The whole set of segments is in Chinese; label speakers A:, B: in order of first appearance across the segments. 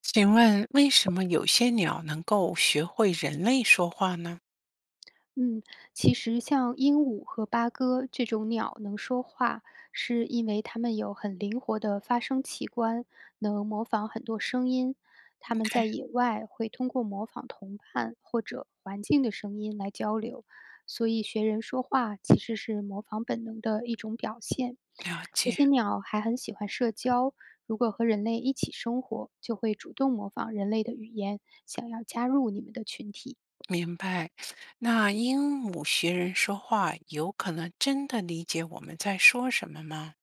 A: 请问为什么有些鸟能够学会人类说话呢
B: 嗯，其实像鹦鹉和八哥这种鸟能说话，是因为它们有很灵活的发声器官，能模仿很多声音。它们在
A: ？OK，
B: 野外会通过模仿同伴或者环境的声音来交流，所以学人说话其实是模仿本能的一种表现。
A: 了
B: 这
A: 解，
B: 些鸟还很喜欢社交，如果和人类一起生活，就会主动模仿人类的语言，想要加入你们的群体。
A: 明白。那鹦鹉学人说话，有可能真的理解我们在说什么吗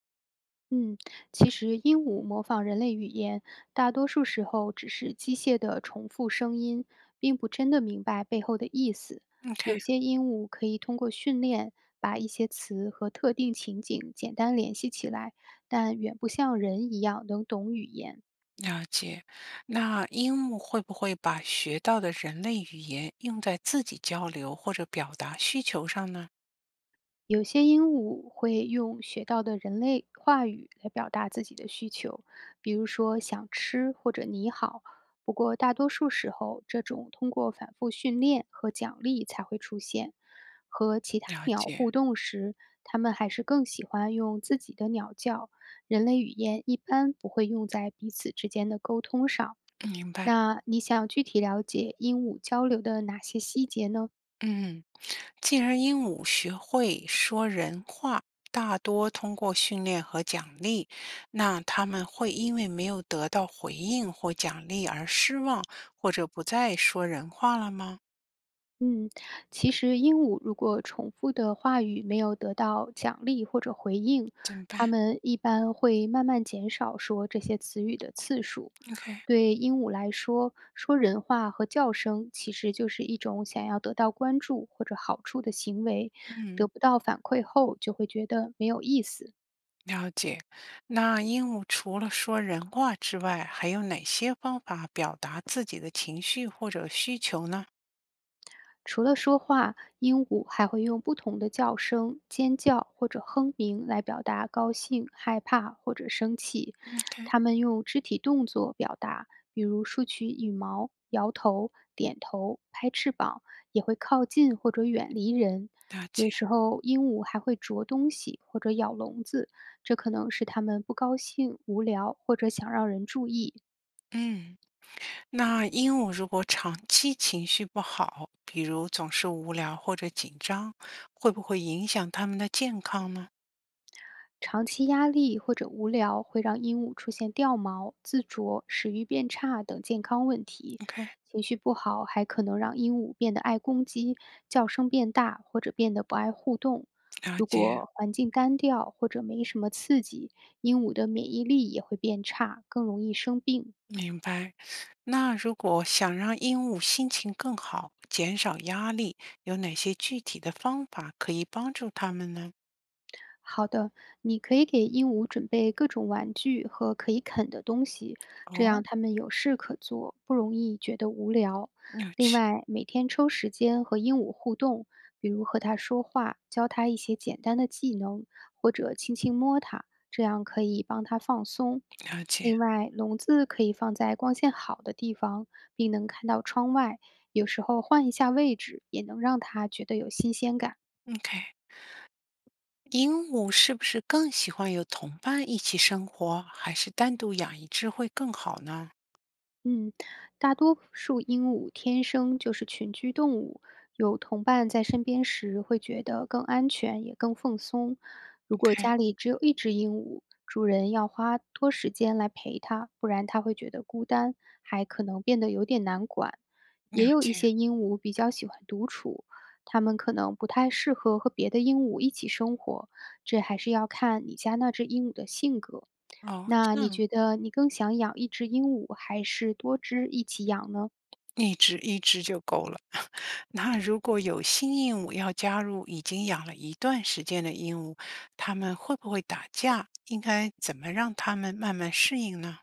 B: 嗯，其实鹦鹉模仿人类语言，大多数时候只是机械的重复声音，并不真的明白背后的意思。
A: ？OK，
B: 有些鹦鹉可以通过训练把一些词和特定情景简单联系起来，但远不像人一样能懂语言。
A: 了解。那鹦鹉会不会把学到的人类语言用在自己交流或者表达需求上呢？
B: 有些鹦鹉会用学到的人类话语来表达自己的需求，比如说想吃或者你好。不过大多数时候，这种通过反复训练和奖励才会出现。和其他
A: 了
B: 鸟
A: 解，
B: 互动时，它们还是更喜欢用自己的鸟叫。人类语言一般不会用在彼此之间的沟通上。
A: 明白。
B: 那你想具体了解鹦鹉交流的哪些细节呢？
A: 嗯，既然鹦鹉学会说人话，大多通过训练和奖励，那它们会因为没有得到回应或奖励而失望，或者不再说人话了吗？
B: 嗯，其实鹦鹉如果重复的话语没有得到奖励或者回应，
A: 怎么办
B: 它们一般会慢慢减少说这些词语的次数。
A: ？OK，
B: 对鹦鹉来说，说人话和叫声其实就是一种想要得到关注或者好处的行为，
A: 嗯，
B: 得不到反馈后就会觉得没有意思。
A: 了解。那鹦鹉除了说人话之外，还有哪些方法表达自己的情绪或者需求呢？
B: 除了说话，鹦鹉还会用不同的叫声、尖叫或者哼鸣来表达高兴、害怕或者生气。
A: OK，
B: 它们用肢体动作表达，比如竖起羽毛、摇头、点头、拍翅膀，也会靠近或者远离人。
A: 了解，
B: 有时候，鹦鹉还会啄东西或者咬笼子，这可能是它们不高兴、无聊或者想让人注意。
A: 嗯。那鹦鹉如果长期情绪不好，比如总是无聊或者紧张，会不会影响它们的健康呢
B: 长期压力或者无聊会让鹦鹉出现掉毛、自啄、食欲变差等健康问题，
A: ？OK，
B: 情绪不好还可能让鹦鹉变得爱攻击、叫声变大或者变得不爱互动。
A: 了
B: 如
A: 解，
B: 果环境单调或者没什么刺激，鹦鹉的免疫力也会变差，更容易生病。
A: 明白。那如果想让鹦鹉心情更好，减少压力，有哪些具体的方法可以帮助它们呢？
B: 好的，你可以给鹦鹉准备各种玩具和可以啃的东西，这样
A: 哦，
B: 它们有事可做，不容易觉得无聊。
A: 有
B: 另
A: 趣，
B: 外，每天抽时间和鹦鹉互动，比如和它说话，教它一些简单的技能，或者轻轻摸它，这样可以帮它放松。
A: 了解。
B: 另外，笼子可以放在光线好的地方，并能看到窗外。有时候换一下位置，也能让它觉得有新鲜感。
A: OK，鹦鹉是不是更喜欢有同伴一起生活，还是单独养一只会更好呢
B: 嗯，大多数鹦鹉天生就是群居动物，有同伴在身边时会觉得更安全，也更放松。如果
A: ？OK，
B: 家里只有一只鹦鹉，主人要花多时间来陪它，不然它会觉得孤单，还可能变得有点难管。
A: 了
B: 也有一
A: 解。
B: 些鹦鹉比较喜欢独处，它们可能不太适合和别的鹦鹉一起生活，这还是要看你家那只鹦鹉的性格。
A: 哦，
B: 那
A: 这
B: 你
A: 样。
B: 觉得你更想养一只鹦鹉还是多只一起养呢？
A: 一只一只就够了。那如果有新鹦鹉要加入已经养了一段时间的鹦鹉，它们会不会打架？应该怎么让它们慢慢适应呢？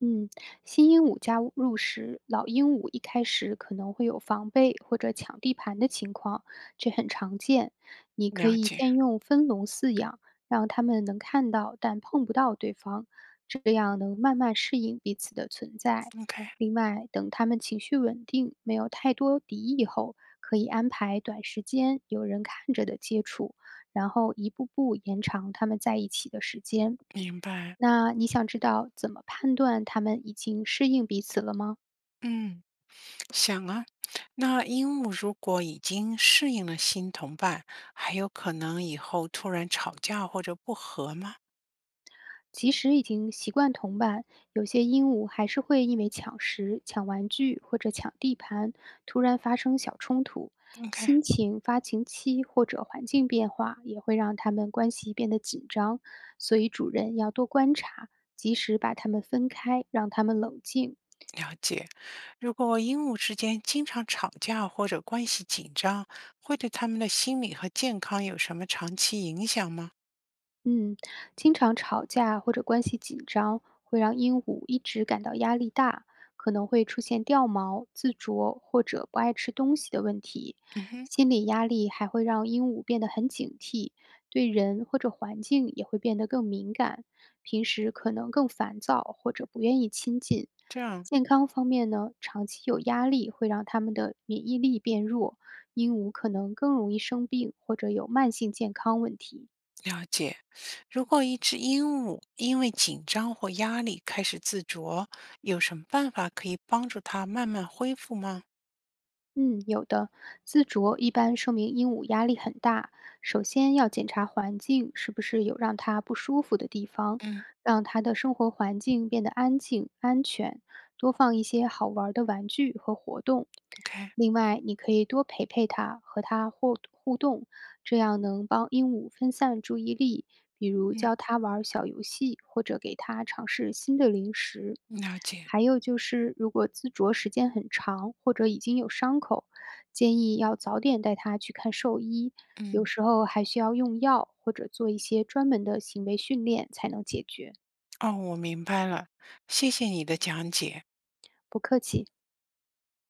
B: 嗯，新鹦鹉加入时，老鹦鹉一开始可能会有防备或者抢地盘的情况，这很常见。你可
A: 了
B: 以
A: 解
B: 先用分笼饲养，让它们能看到但碰不到对方，这样能慢慢适应彼此的存在。
A: ，OK，
B: 另外，等它们情绪稳定，没有太多敌意后，可以安排短时间有人看着的接触，然后一步步延长它们在一起的时间。
A: 明白。
B: 那你想知道怎么判断它们已经适应彼此了吗？
A: 嗯，想啊，那鹦鹉如果已经适应了新同伴，还有可能以后突然吵架或者不和吗
B: 即使已经习惯同伴，有些鹦鹉还是会因为抢食、抢玩具或者抢地盘，突然发生小冲突。
A: ？OK。
B: 心情、发情期或者环境变化也会让它们关系变得紧张，所以主人要多观察，及时把它们分开，让它们冷静。
A: 了解，如果鹦鹉之间经常吵架或者关系紧张，会对它们的心理和健康有什么长期影响吗？
B: 嗯，经常吵架或者关系紧张，会让鹦鹉一直感到压力大，可能会出现掉毛、自啄或者不爱吃东西的问题。
A: 嗯哼，
B: 心理压力还会让鹦鹉变得很警惕，对人或者环境也会变得更敏感，平时可能更烦躁或者不愿意亲近。
A: 这样
B: 健康方面呢，长期有压力会让它们的免疫力变弱，鹦鹉可能更容易生病或者有慢性健康问题。
A: 了解。如果一只鹦鹉因为紧张或压力开始自啄，有什么办法可以帮助它慢慢恢复吗？
B: 嗯，有的。自啄一般说明鹦鹉压力很大，首先要检查环境是不是有让它不舒服的地方，
A: 嗯
B: 让它的生活环境变得安静、安全，多放一些好玩儿的玩具和活动。
A: ，OK，
B: 另外，你可以多陪陪它，和它互动，这样能帮鹦鹉分散注意力，比如
A: 嗯，
B: 教他玩儿小游戏，或者给他尝试新的零食。
A: 了解，
B: 还有就是，如果自啄时间很长，或者已经有伤口，建议要早点带他去看兽医，有
A: 嗯，
B: 时候还需要用药或者做一些专门的行为训练才能解决。
A: 哦，我明白了，谢谢你的讲解。
B: 不客气。